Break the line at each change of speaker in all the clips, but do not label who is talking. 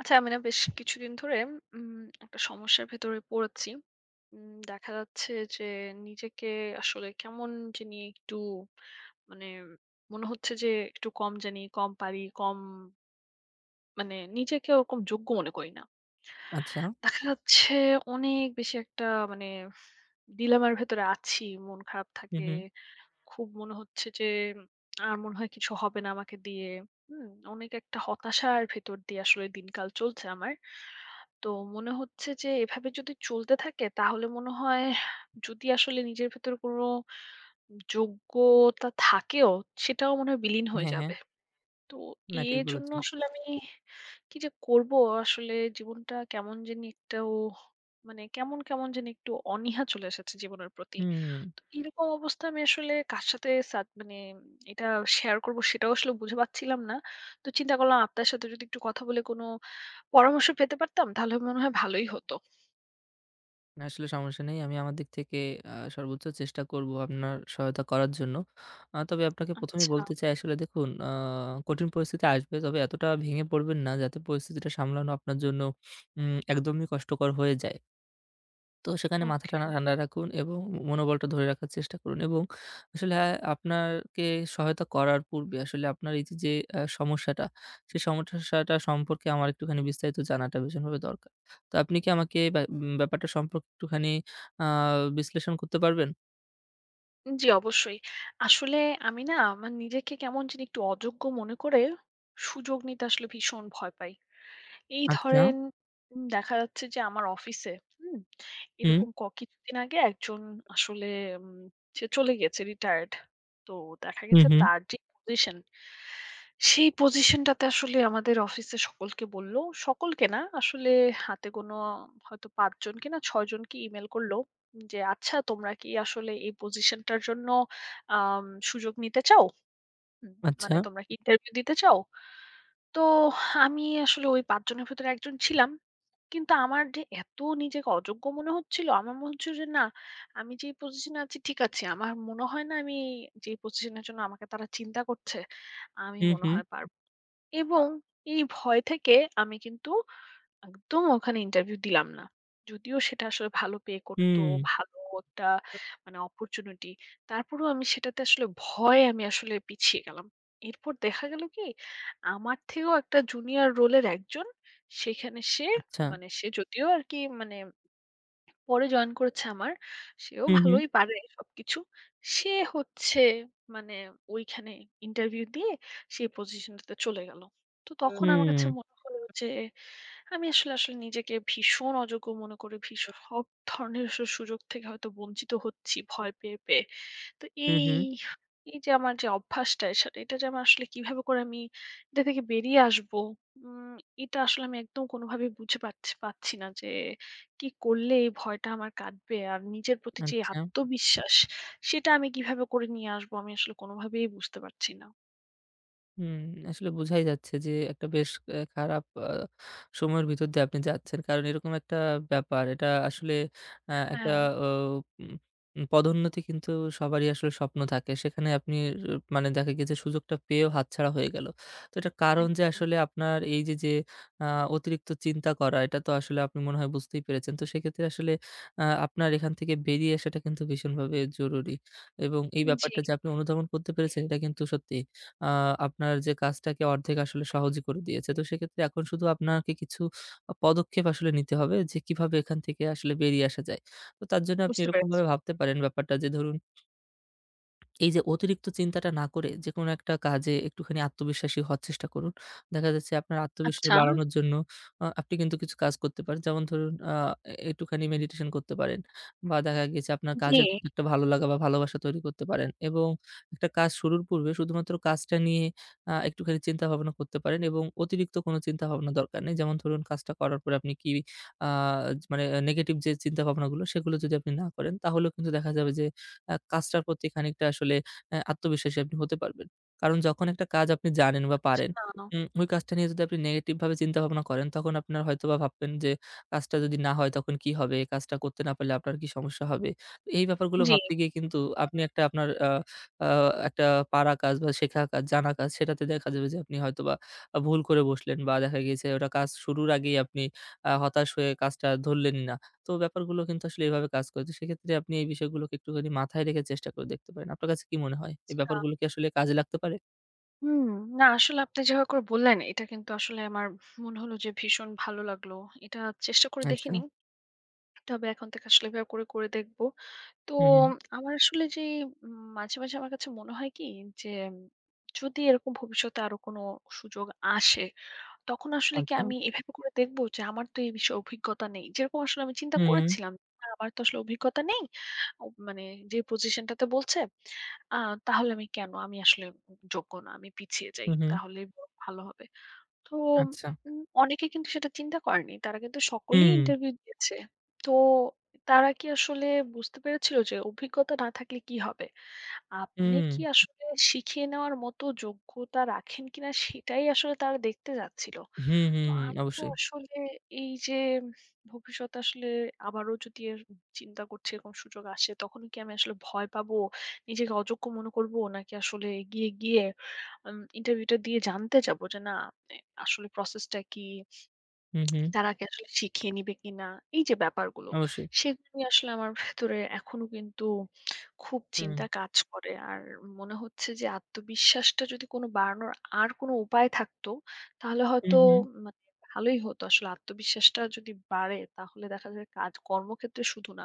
আচ্ছা, আমি না বেশ কিছুদিন ধরে উম একটা সমস্যার ভেতরে পড়েছি। দেখা যাচ্ছে যে নিজেকে আসলে কেমন জানি একটু মানে মনে হচ্ছে যে একটু কম জানি, কম পারি, কম মানে নিজেকে ওরকম যোগ্য মনে করি না।
আচ্ছা।
দেখা যাচ্ছে অনেক বেশি একটা মানে ডিলেমার ভেতরে আছি। মন খারাপ
হুম,
থাকে।
হুম।
খুব মনে হচ্ছে যে আর মনে হয় কিছু হবে না আমাকে দিয়ে। হুম? অনেক একটা হতাশার ভেতর দিয়ে আসলে দিনকাল চলছে আমার। তো মনে হচ্ছে যে এভাবে যদি চলতে থাকে তাহলে মনে হয় যদি আসলে নিজের ভেতর কোনো যোগ্যতা থাকেও সেটাও মনে হয় বিলীন হয়ে
হ্যাঁ, হ্যাঁ।
যাবে। তো
না ঠিক
এজন্য
বলেছেন।
আসলে আমি কি যে করব আসলে জীবনটা কেমন জানি একটাও মানে কেমন, কেমন জানি একটু অনীহা চলে এসেছে জীবনের প্রতি।
হুম,
তো এরকম অবস্থা আমি আসলে কার সাথে সাত মানে এটা শেয়ার করব সেটাও আসলে বুঝে পাচ্ছিলাম না। তো চিন্তা করলাম আপনার সাথে যদি একটু কথা বলে কোনো পরামর্শ পেতে পারতাম তাহলে মনে হয় ভালোই হতো।
না আসলে সমস্যা নেই। আমি আমার দিক থেকে সর্বোচ্চ চেষ্টা করব আপনার সহায়তা করার জন্য। তবে আপনাকে ১ম এই
আচ্ছা,
বলতে চাই আসলে দেখুন কঠিন পরিস্থিতি আসবে। তবে এতটা ভেঙে পড়বেন না যাতে পরিস্থিতিটা সামলানো আপনার জন্য একদমই কষ্টকর হয়ে যায়। তো সেখানে মাথা
ওকে।
টানা ঠান্ডা রাখুন এবং মনোবলটা ধরে রাখার চেষ্টা করুন এবং আসলে হ্যাঁ, আপনাকে সহায়তা করার পূর্বে আসলে আপনার এই যে যে, সমস্যাটা, সেই সমস্যাটা সম্পর্কে আমার একটুখানি বিস্তারিত জানাটা ভীষণভাবে দরকার। তো আপনি কি আমাকে ব্যাপারটা সম্পর্কে একটুখানি আ বিশ্লেষণ করতে পারবেন?
জি, অবশ্যই। আসলে আমি না আমার নিজেকে কেমন জানি একটু অযোগ্য মনে করে সুযোগ নিতে আসলে ভীষণ ভয় পাই। এই
আচ্ছা।
ধরেন দেখা যাচ্ছে যে আমার অফিসে, হুম?
হুম,
এরকম কিছুদিন আগে একজন আসলে উম সে চলে গেছে রিটায়ার্ড। তো দেখা
হুম,
গেছে
হুম।
তার যে পজিশন, সেই পজিশনটাতে আসলে আমাদের অফিসে সকলকে বলল, সকলকে না আসলে হাতে গোনা হয়তো ৫ জনকে না ৬ জনকে ইমেইল করল যে, "আচ্ছা তোমরা কি আসলে এই পজিশনটার জন্য আম সুযোগ নিতে চাও? উম
আচ্ছা।
মানে তোমরা কি ইন্টারভিউ দিতে চাও?" তো আমি আসলে ওই ৫ জনের ভেতরে একজন ছিলাম। কিন্তু আমার যে এত নিজেকে অযোগ্য মনে হচ্ছিল, আমার মনে হচ্ছিল যে না, আমি যে পজিশন এ আছি ঠিক আছে। আমার মনে হয় না আমি যে পজিশন এর জন্য আমাকে তারা চিন্তা করছে, আমি
হুম,
মনে
হুম,
হয় পারব। এবং এই ভয় থেকে আমি কিন্তু একদম ওখানে ইন্টারভিউ দিলাম না। যদিও সেটা আসলে ভালো পে করতো,
হুম।
ভালো একটা মানে অপরচুনিটি। তারপরেও আমি সেটাতে আসলে ভয়ে আমি আসলে পিছিয়ে গেলাম। এরপর দেখা গেল কি আমার থেকেও একটা জুনিয়র রোলের একজন সেখানে সে
আচ্ছা।
মানে সে যদিও আরকি মানে পরে জয়েন করেছে আমার। সেও
হুম, হুম,
ভালোই পারে সবকিছু। সে হচ্ছে মানে ওইখানে ইন্টারভিউ দিয়ে সেই পজিশনটাতে চলে গেল। তো তখন আমার
হুম,
কাছে মনে হলো যে আমি আসলে নিজেকে ভীষণ অযোগ্য মনে করে ভীষণ সব ধরনের সুযোগ থেকে হয়তো বঞ্চিত হচ্ছি ভয় পেয়ে, পেয়ে। তো
হুম, হুম।
এই যে আমার যে অভ্যাসটা সেটা এটা যে আমার আসলে কিভাবে করে আমি এটা থেকে বেরিয়ে আসবো? উম এটা আসলে আমি একদম কোনোভাবেই বুঝে পাচ্ছি পাচ্ছি না যে কি করলে এই ভয়টা আমার কাটবে? আর নিজের প্রতি যে
আচ্ছা।
আত্মবিশ্বাস সেটা আমি কিভাবে করে নিয়ে আসবো? আমি আসলে কোনোভাবেই বুঝতে পারছি না।
হুম, আসলে বোঝাই যাচ্ছে যে একটা বেশ খারাপ সময়ের ভিতর দিয়ে আপনি যাচ্ছেন। কারণ এরকম একটা ব্যাপার এটা আসলে আ একটা
হ্যাঁ,
ও উম উম পদোন্নতি কিন্তু সবারই আসলে স্বপ্ন থাকে। সেখানে আপনি মানে দেখা গিয়েছে সুযোগটা পেয়েও হাতছাড়া হয়ে গেল। তো এটার কারণ যে
একদম।
আসলে আপনার এই যে, আ অতিরিক্ত চিন্তা করা এটা তো আসলে আপনি মনে হয় বুঝতেই পেরেছেন। তো সেক্ষেত্রে আসলে আপনার এখান থেকে বেরিয়ে আসাটা কিন্তু ভীষণভাবে জরুরি এবং এই
জি,
ব্যাপারটা যে আপনি অনুধাবন করতে পেরেছেন এটা কিন্তু সত্যি আ আপনার যে কাজটাকে অর্ধেক আসলে সহজই করে দিয়েছে। তো সেক্ষেত্রে এখন শুধু আপনাকে কিছু পদক্ষেপ আসলে নিতে হবে যে কিভাবে এখান থেকে আসলে বেরিয়ে আসা যায়। তো তার জন্য আপনি
বুঝতে
এরকমভাবে
পেরেছি।
ভাবতে পারেন ব্যাপারটা যে ধরুন এই যে অতিরিক্ত চিন্তাটা না করে যেকোনো একটা কাজে একটুখানি আত্মবিশ্বাসী হওয়ার চেষ্টা করুন। দেখা যাচ্ছে আপনার আত্মবিশ্বাস
আচ্ছা,
বাড়ানোর জন্য আপনি কিন্তু কিছু কাজ করতে পারেন। যেমন ধরুন একটুখানি মেডিটেশন করতে পারেন বা দেখা গিয়েছে আপনার
জি,
কাজের প্রতি একটা ভালো লাগা বা ভালোবাসা তৈরি করতে পারেন এবং একটা কাজ শুরুর পূর্বে শুধুমাত্র কাজটা নিয়ে একটুখানি চিন্তা ভাবনা করতে পারেন এবং অতিরিক্ত কোনো চিন্তা ভাবনা দরকার নেই। যেমন ধরুন কাজটা করার পরে আপনি কি আ মানে নেগেটিভ যে চিন্তা ভাবনাগুলো সেগুলো যদি আপনি না করেন তাহলেও কিন্তু দেখা যাবে যে কাজটার প্রতি খানিকটা আসলে আত্মবিশ্বাসী আপনি হতে পারবেন। কারণ যখন একটা কাজ আপনি জানেন বা পারেন,
না,
ওই কাজটা নিয়ে যদি আপনি নেগেটিভ ভাবে চিন্তা ভাবনা করেন, তখন আপনার হয়তোবা ভাববেন যে কাজটা যদি না হয় তখন কি হবে? কাজটা করতে না পারলে আপনার কি সমস্যা হবে? তো এই ব্যাপারগুলো
জি,
ভাবতে গিয়ে কিন্তু আপনি একটা আপনার আ আ একটা পারা কাজ বা শেখা কাজ, জানা কাজ সেটাতে দেখা যাবে যে আপনি হয়তোবা ভুল করে বসলেন বা দেখা গিয়েছে ওটা কাজ শুরুর আগেই আপনি হতাশ হয়ে কাজটা ধরলেনই না। তো ব্যাপারগুলো কিন্তু আসলে এভাবে কাজ করে। তো সেক্ষেত্রে আপনি এই বিষয়গুলোকে একটুখানি মাথায় রেখে চেষ্টা করে দেখতে পারেন। আপনার কাছে কি মনে হয়? এই
আচ্ছা।
ব্যাপারগুলো কি আসলে কাজে লাগতে পারে?
হুম, না আসলে আপনি যেভাবে করে বললেন এটা কিন্তু আসলে আমার মনে হলো যে ভীষণ ভালো লাগলো। এটা চেষ্টা করে
আচ্ছা।
দেখিনি। তবে এখন থেকে আসলে এভাবে করে, করে দেখব। তো
হু, হু।
আমার আসলে যে মাঝে, মাঝে আমার কাছে মনে হয় কি যে উম, যদি এরকম ভবিষ্যতে আরো কোনো সুযোগ আসে তখন আসলে কি
আচ্ছা।
আমি এভাবে করে দেখব যে আমার তো এই বিষয়ে অভিজ্ঞতা নেই। যেরকম আসলে আমি চিন্তা
হু, হু।
করেছিলাম, না আমার তো আসলে অভিজ্ঞতা নেই। ও মানে যে পজিশনটাতে বলছে, আ তাহলে আমি কেন? আমি আসলে যোগ্য না। আমি পিছিয়ে যাই।
হু, হু।
তাহলে বরং ভালো হবে। তো
আচ্ছা।
অনেকে কিন্তু সেটা চিন্তা করেনি। তারা কিন্তু
হুম,
সকলেই
হুম।
ইন্টারভিউ দিয়েছে। তো তারা কি আসলে বুঝতে পেরেছিল যে অভিজ্ঞতা না থাকলে কি হবে? আপনি
হুম,
কি আসলে শিখিয়ে নেওয়ার মতো যোগ্যতা রাখেন কিনা সেটাই আসলে তারা দেখতে যাচ্ছিল।
হুম,
তো
হুম।
আমি তো
অবশ্যই।
আসলে এই যে ভবিষ্যতে আসলে আবারও যদি এর চিন্তা করছি এরকম সুযোগ আসে তখন কি আমি আসলে ভয় পাবো, নিজেকে অযোগ্য মনে করব নাকি আসলে এগিয়ে গিয়ে ইন্টারভিউটা দিয়ে জানতে যাবো যে না এ আসলে প্রসেসটা কি?
হু, হু।
তারা কি আসলে শিখিয়ে নিবে কিনা? এই যে ব্যাপারগুলো,
অবশ্যই।
সেগুলো নিয়ে আসলে আমার ভেতরে এখনো কিন্তু খুব
হুম।
চিন্তা কাজ করে। আর মনে হচ্ছে যে আত্মবিশ্বাসটা যদি কোনো বাড়ানোর আর কোনো উপায় থাকতো, তাহলে
হু,
হয়তো
হু।
মানে ভালোই হতো। আসলে আত্মবিশ্বাসটা যদি বাড়ে তাহলে দেখা যায় কাজ কর্মক্ষেত্রে শুধু না,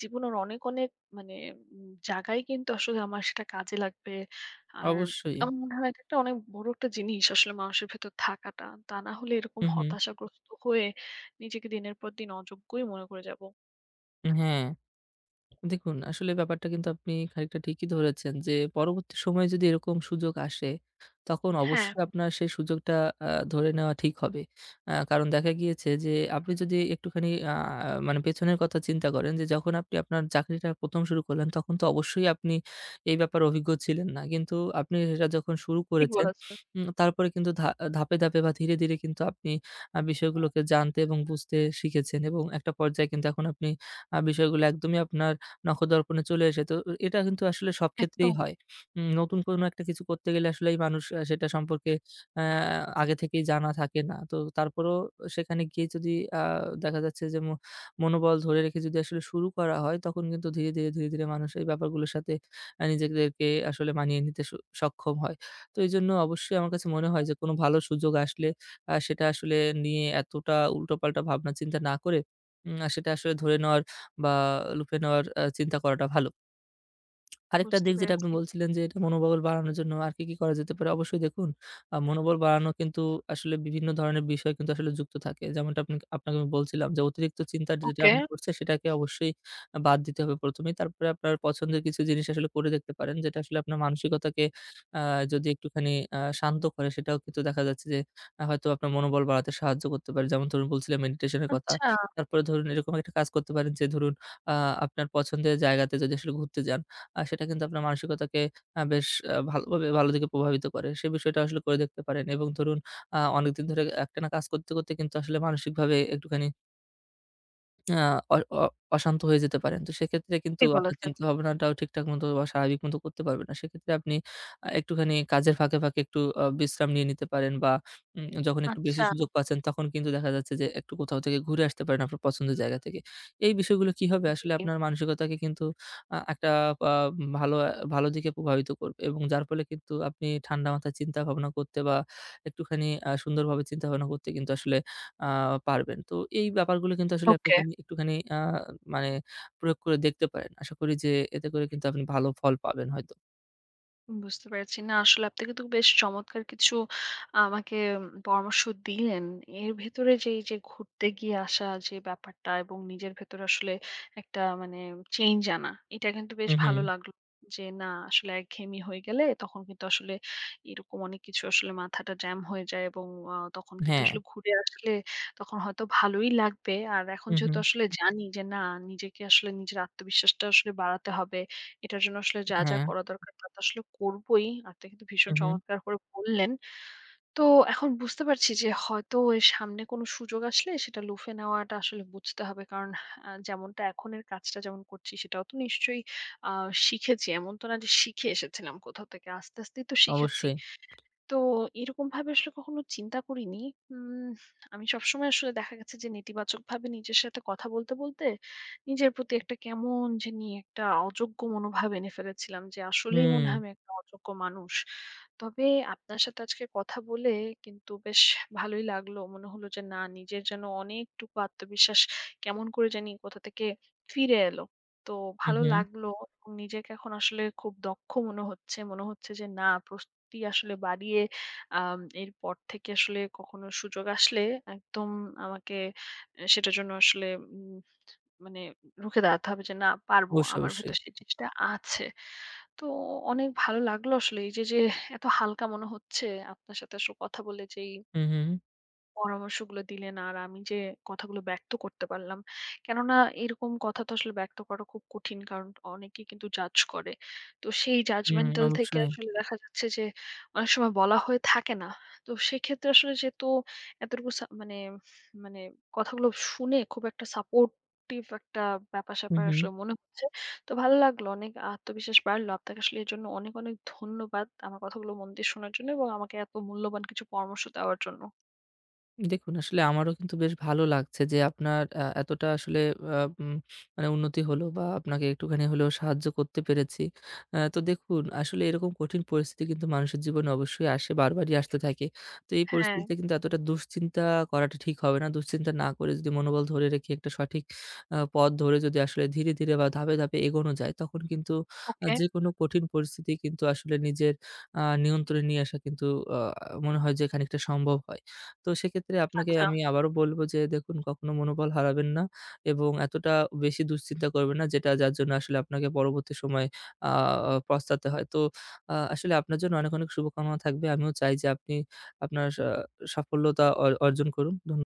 জীবনের অনেক, অনেক মানে জায়গায় কিন্তু আসলে আমার সেটা কাজে লাগবে। আর
অবশ্যই।
আমার মনে হয় এটা একটা অনেক বড় একটা জিনিস আসলে মানুষের ভেতর থাকাটা। তা না হলে এরকম
হু, হু।
হতাশাগ্রস্ত হয়ে নিজেকে দিনের পর দিন অযোগ্যই মনে করে যাব।
হ্যাঁ। দেখুন, আসলে ব্যাপারটা কিন্তু আপনি খানিকটা ঠিকই ধরেছেন যে, পরবর্তী সময়ে যদি এরকম সুযোগ আসে, তখন
হ্যাঁ,
অবশ্যই আপনার সেই সুযোগটা ধরে নেওয়া ঠিক হবে। কারণ দেখা গিয়েছে যে, আপনি যদি একটুখানি মানে পেছনের কথা চিন্তা করেন যে, যখন আপনি আপনার চাকরিটা ১ম শুরু করলেন, তখন তো অবশ্যই আপনি এই ব্যাপারে অভিজ্ঞ ছিলেন না। কিন্তু আপনি সেটা যখন শুরু
ঠিক
করেছেন,
বলেছেন।
তারপরে কিন্তু ধাপে, ধাপে বা ধীরে, ধীরে কিন্তু আপনি বিষয়গুলোকে জানতে এবং বুঝতে শিখেছেন এবং একটা পর্যায়ে কিন্তু এখন আপনি বিষয়গুলো একদমই আপনার নখদর্পণে চলে এসে তো এটা কিন্তু আসলে সব ক্ষেত্রেই
একদম
হয়। নতুন কোনো একটা কিছু করতে গেলে আসলেই মানুষ সেটা সম্পর্কে আ আগে থেকেই জানা থাকে না। তো তারপরেও সেখানে গিয়ে যদি আ দেখা যাচ্ছে যে, মনোবল ধরে রেখে যদি আসলে শুরু করা হয়, তখন কিন্তু ধীরে, ধীরে, ধীরে, ধীরে মানুষ এই ব্যাপারগুলোর সাথে নিজেদেরকে আসলে মানিয়ে নিতে সক্ষম হয়। তো এজন্য অবশ্যই আমার কাছে মনে হয় যে, কোনো ভালো সুযোগ আসলে সেটা আসলে নিয়ে এতটা উল্টোপাল্টা ভাবনা চিন্তা না করে উম আ সেটা আসলে ধরে নেওয়ার বা লুফে নেওয়ার চিন্তা করাটা ভালো। আরেকটা
বুঝতে
দিক যেটা আপনি
পেরেছি।
বলছিলেন যে এটা মনোবল বাড়ানোর জন্য আর কি, কি করা যেতে পারে? অবশ্যই দেখুন মনোবল বাড়ানো কিন্তু আসলে বিভিন্ন ধরনের বিষয় কিন্তু আসলে যুক্ত থাকে। যেমনটা আপনি আপনাকে আমি বলছিলাম যে অতিরিক্ত চিন্তা যেটা
ওকে,
আপনি করছে সেটাকে অবশ্যই বাদ দিতে হবে ১ম এই। তারপরে আপনার পছন্দের কিছু জিনিস আসলে করে দেখতে পারেন। যেটা আসলে আপনার মানসিকতাকে আ যদি একটুখানি শান্ত করে সেটাও কিন্তু দেখা যাচ্ছে যে হয়তো আপনার মনোবল বাড়াতে সাহায্য করতে পারে। যেমন ধরুন বলছিলাম মেডিটেশন এর কথা।
আচ্ছা
তারপরে ধরুন এরকম একটা কাজ করতে পারেন যে ধরুন আ আপনার পছন্দের জায়গাতে যদি আসলে ঘুরতে যান সেটা কিন্তু আপনার মানসিকতাকে বেশ ভালোভাবে ভালো দিকে প্রভাবিত করে। সে বিষয়টা আসলে করে দেখতে পারেন এবং ধরুন অনেকদিন ধরে একটানা কাজ করতে, করতে কিন্তু আসলে মানসিকভাবে একটুখানি আ অ অ অশান্ত হয়ে যেতে পারেন। তো সেক্ষেত্রে কিন্তু
ঠিক
আপনার
বলেছেন।
চিন্তাভাবনাটাও ঠিকঠাক মতো বা স্বাভাবিক মতো করতে পারবেন না। সেক্ষেত্রে আপনি একটুখানি কাজের ফাঁকে, ফাঁকে একটু বিশ্রাম নিয়ে নিতে পারেন বা যখন একটু বেশি
আচ্ছা,
সুযোগ পাচ্ছেন তখন কিন্তু দেখা যাচ্ছে যে একটু কোথাও থেকে ঘুরে আসতে পারেন আপনার পছন্দের জায়গা থেকে। এই বিষয়গুলো কি হবে আসলে
জি,
আপনার মানসিকতাকে কিন্তু একটা আ ভালো ভালো দিকে প্রভাবিত করবে এবং যার ফলে কিন্তু আপনি ঠান্ডা মাথায় চিন্তা ভাবনা করতে বা একটুখানি সুন্দরভাবে চিন্তা ভাবনা করতে কিন্তু আসলে আ পারবেন। তো এই ব্যাপারগুলো কিন্তু আসলে আপনি
ওকে।
এখানে একটুখানি আ মানে প্রয়োগ করে দেখতে পারেন। আশা করি যে এতে করে কিন্তু আপনি ভালো ফল পাবেন হয়তো।
বুঝতে পেরেছি। না আসলে আপনি কিন্তু বেশ চমৎকার কিছু আমাকে পরামর্শ দিলেন। এর ভেতরে যে এই যে ঘুরতে গিয়ে আসা যে ব্যাপারটা এবং নিজের ভেতরে আসলে একটা মানে চেঞ্জ আনা, এটা কিন্তু বেশ
হুম, হুম।
ভালো লাগলো। যে না আসলে একঘেয়েমি হয়ে গেলে তখন কিন্তু আসলে এরকম অনেক কিছু আসলে মাথাটা জ্যাম হয়ে যায় এবং তখন কিন্তু
হ্যাঁ।
আসলে ঘুরে আসলে তখন হয়তো ভালোই লাগবে। আর এখন
হুম,
যেহেতু
হুম।
আসলে জানি যে না নিজেকে আসলে নিজের আত্মবিশ্বাসটা আসলে বাড়াতে হবে। এটার জন্য আসলে যা, যা
হ্যাঁ,
করা দরকার তা তো আসলে করবোই। আপনি কিন্তু
হুম,
ভীষণ
হুম।
চমৎকার করে বললেন। তো এখন বুঝতে পারছি যে হয়তো এর সামনে কোনো সুযোগ আসলে সেটা লুফে নেওয়াটা আসলে বুঝতে হবে। কারণ যেমনটা এখনের কাজটা যেমন করছি সেটাও তো নিশ্চয়ই আ শিখেছি। এমন তো না যে শিখে এসেছিলাম কোথাও থেকে। আস্তে, আস্তেই তো শিখেছি।
অবশ্যই।
তো এরকমভাবে আসলে কখনো চিন্তা করিনি। উম আমি সবসময় আসলে দেখা গেছে যে নেতিবাচকভাবে নিজের সাথে কথা বলতে, বলতে নিজের প্রতি একটা কেমন জানি একটা অযোগ্য মনোভাব এনে ফেলেছিলাম যে আসলেই মনে
হুম।
হয় আমি একটা অযোগ্য মানুষ। তবে আপনার সাথে আজকে কথা বলে কিন্তু বেশ ভালোই লাগলো। মনে হলো যে না নিজের যেন অনেকটুকু আত্মবিশ্বাস কেমন করে জানি কোথা থেকে ফিরে এলো। তো
হুম,
ভালো
হুম।
লাগলো এবং নিজেকে এখন আসলে খুব দক্ষ মনে হচ্ছে। মনে হচ্ছে যে না সত্যি আসলে বাড়িয়ে এরপর থেকে আসলে কখনো সুযোগ আসলে একদম আমাকে সেটার জন্য আসলে উম মানে রুখে দাঁড়াতে হবে যে না পারবো।
অবশ্যই,
আমার
অবশ্যই।
ভেতর সেই জিনিসটা আছে। তো অনেক ভালো লাগলো আসলে এই যে এত হালকা মনে হচ্ছে আপনার সাথে আসলে কথা বলে যেই
হুম, হুম।
পরামর্শগুলো দিলেন আর আমি যে কথাগুলো ব্যক্ত করতে পারলাম। কেননা এরকম কথা তো আসলে ব্যক্ত করা খুব কঠিন। কারণ অনেকেই কিন্তু জাজ করে। তো সেই
হুম,
জাজমেন্টাল থেকে
অবশ্যই।
আসলে দেখা যাচ্ছে যে অনেক সময় বলা হয়ে থাকে না। তো সেক্ষেত্রে আসলে যেহেতু এতটুকু মানে, মানে কথাগুলো শুনে খুব একটা সাপোর্টিভ একটা
হুম,
ব্যাপার-স্যাপার
হুম।
আসলে মনে হচ্ছে। তো ভালো লাগলো। অনেক আত্মবিশ্বাস বাড়লো। আপনাকে আসলে এজন্য অনেক, অনেক ধন্যবাদ। আমার কথাগুলো মন দিয়ে শোনার জন্য এবং আমাকে এত মূল্যবান কিছু পরামর্শ দেওয়ার জন্য।
দেখুন, আসলে আমারও কিন্তু বেশ ভালো লাগছে যে আপনার এতটা আসলে আ উম মানে উন্নতি হলো বা আপনাকে একটুখানি হলেও সাহায্য করতে পেরেছি। তো দেখুন, আসলে এরকম কঠিন পরিস্থিতি কিন্তু মানুষের জীবনে অবশ্যই আসে, বারবারই আসতে থাকে। তো এই
হ্যাঁ।
পরিস্থিতিতে কিন্তু এতটা দুশ্চিন্তা করাটা ঠিক হবে না। দুশ্চিন্তা না করে যদি মনোবল ধরে রেখে একটা সঠিক পথ ধরে যদি আসলে ধীরে, ধীরে বা ধাপে, ধাপে এগোনো যায়, তখন কিন্তু
ওকে,
যেকোনো কঠিন পরিস্থিতি কিন্তু আসলে নিজের নিয়ন্ত্রণে নিয়ে আসা কিন্তু আ মনে হয় যে খানিকটা সম্ভব হয়। তো সেক্ষেত্রে আপনাকে
আচ্ছা।
আমি আবারও বলব যে দেখুন কখনো মনোবল হারাবেন না এবং এতটা বেশি দুশ্চিন্তা করবেন না যেটা যার জন্য আসলে আপনাকে পরবর্তী সময়ে আ পস্তাতে হয়। তো আসলে আপনার জন্য অনেক, অনেক শুভকামনা থাকবে। আমিও চাই যে আপনি আপনার সাফল্যতা অর্জন করুন। ধন্য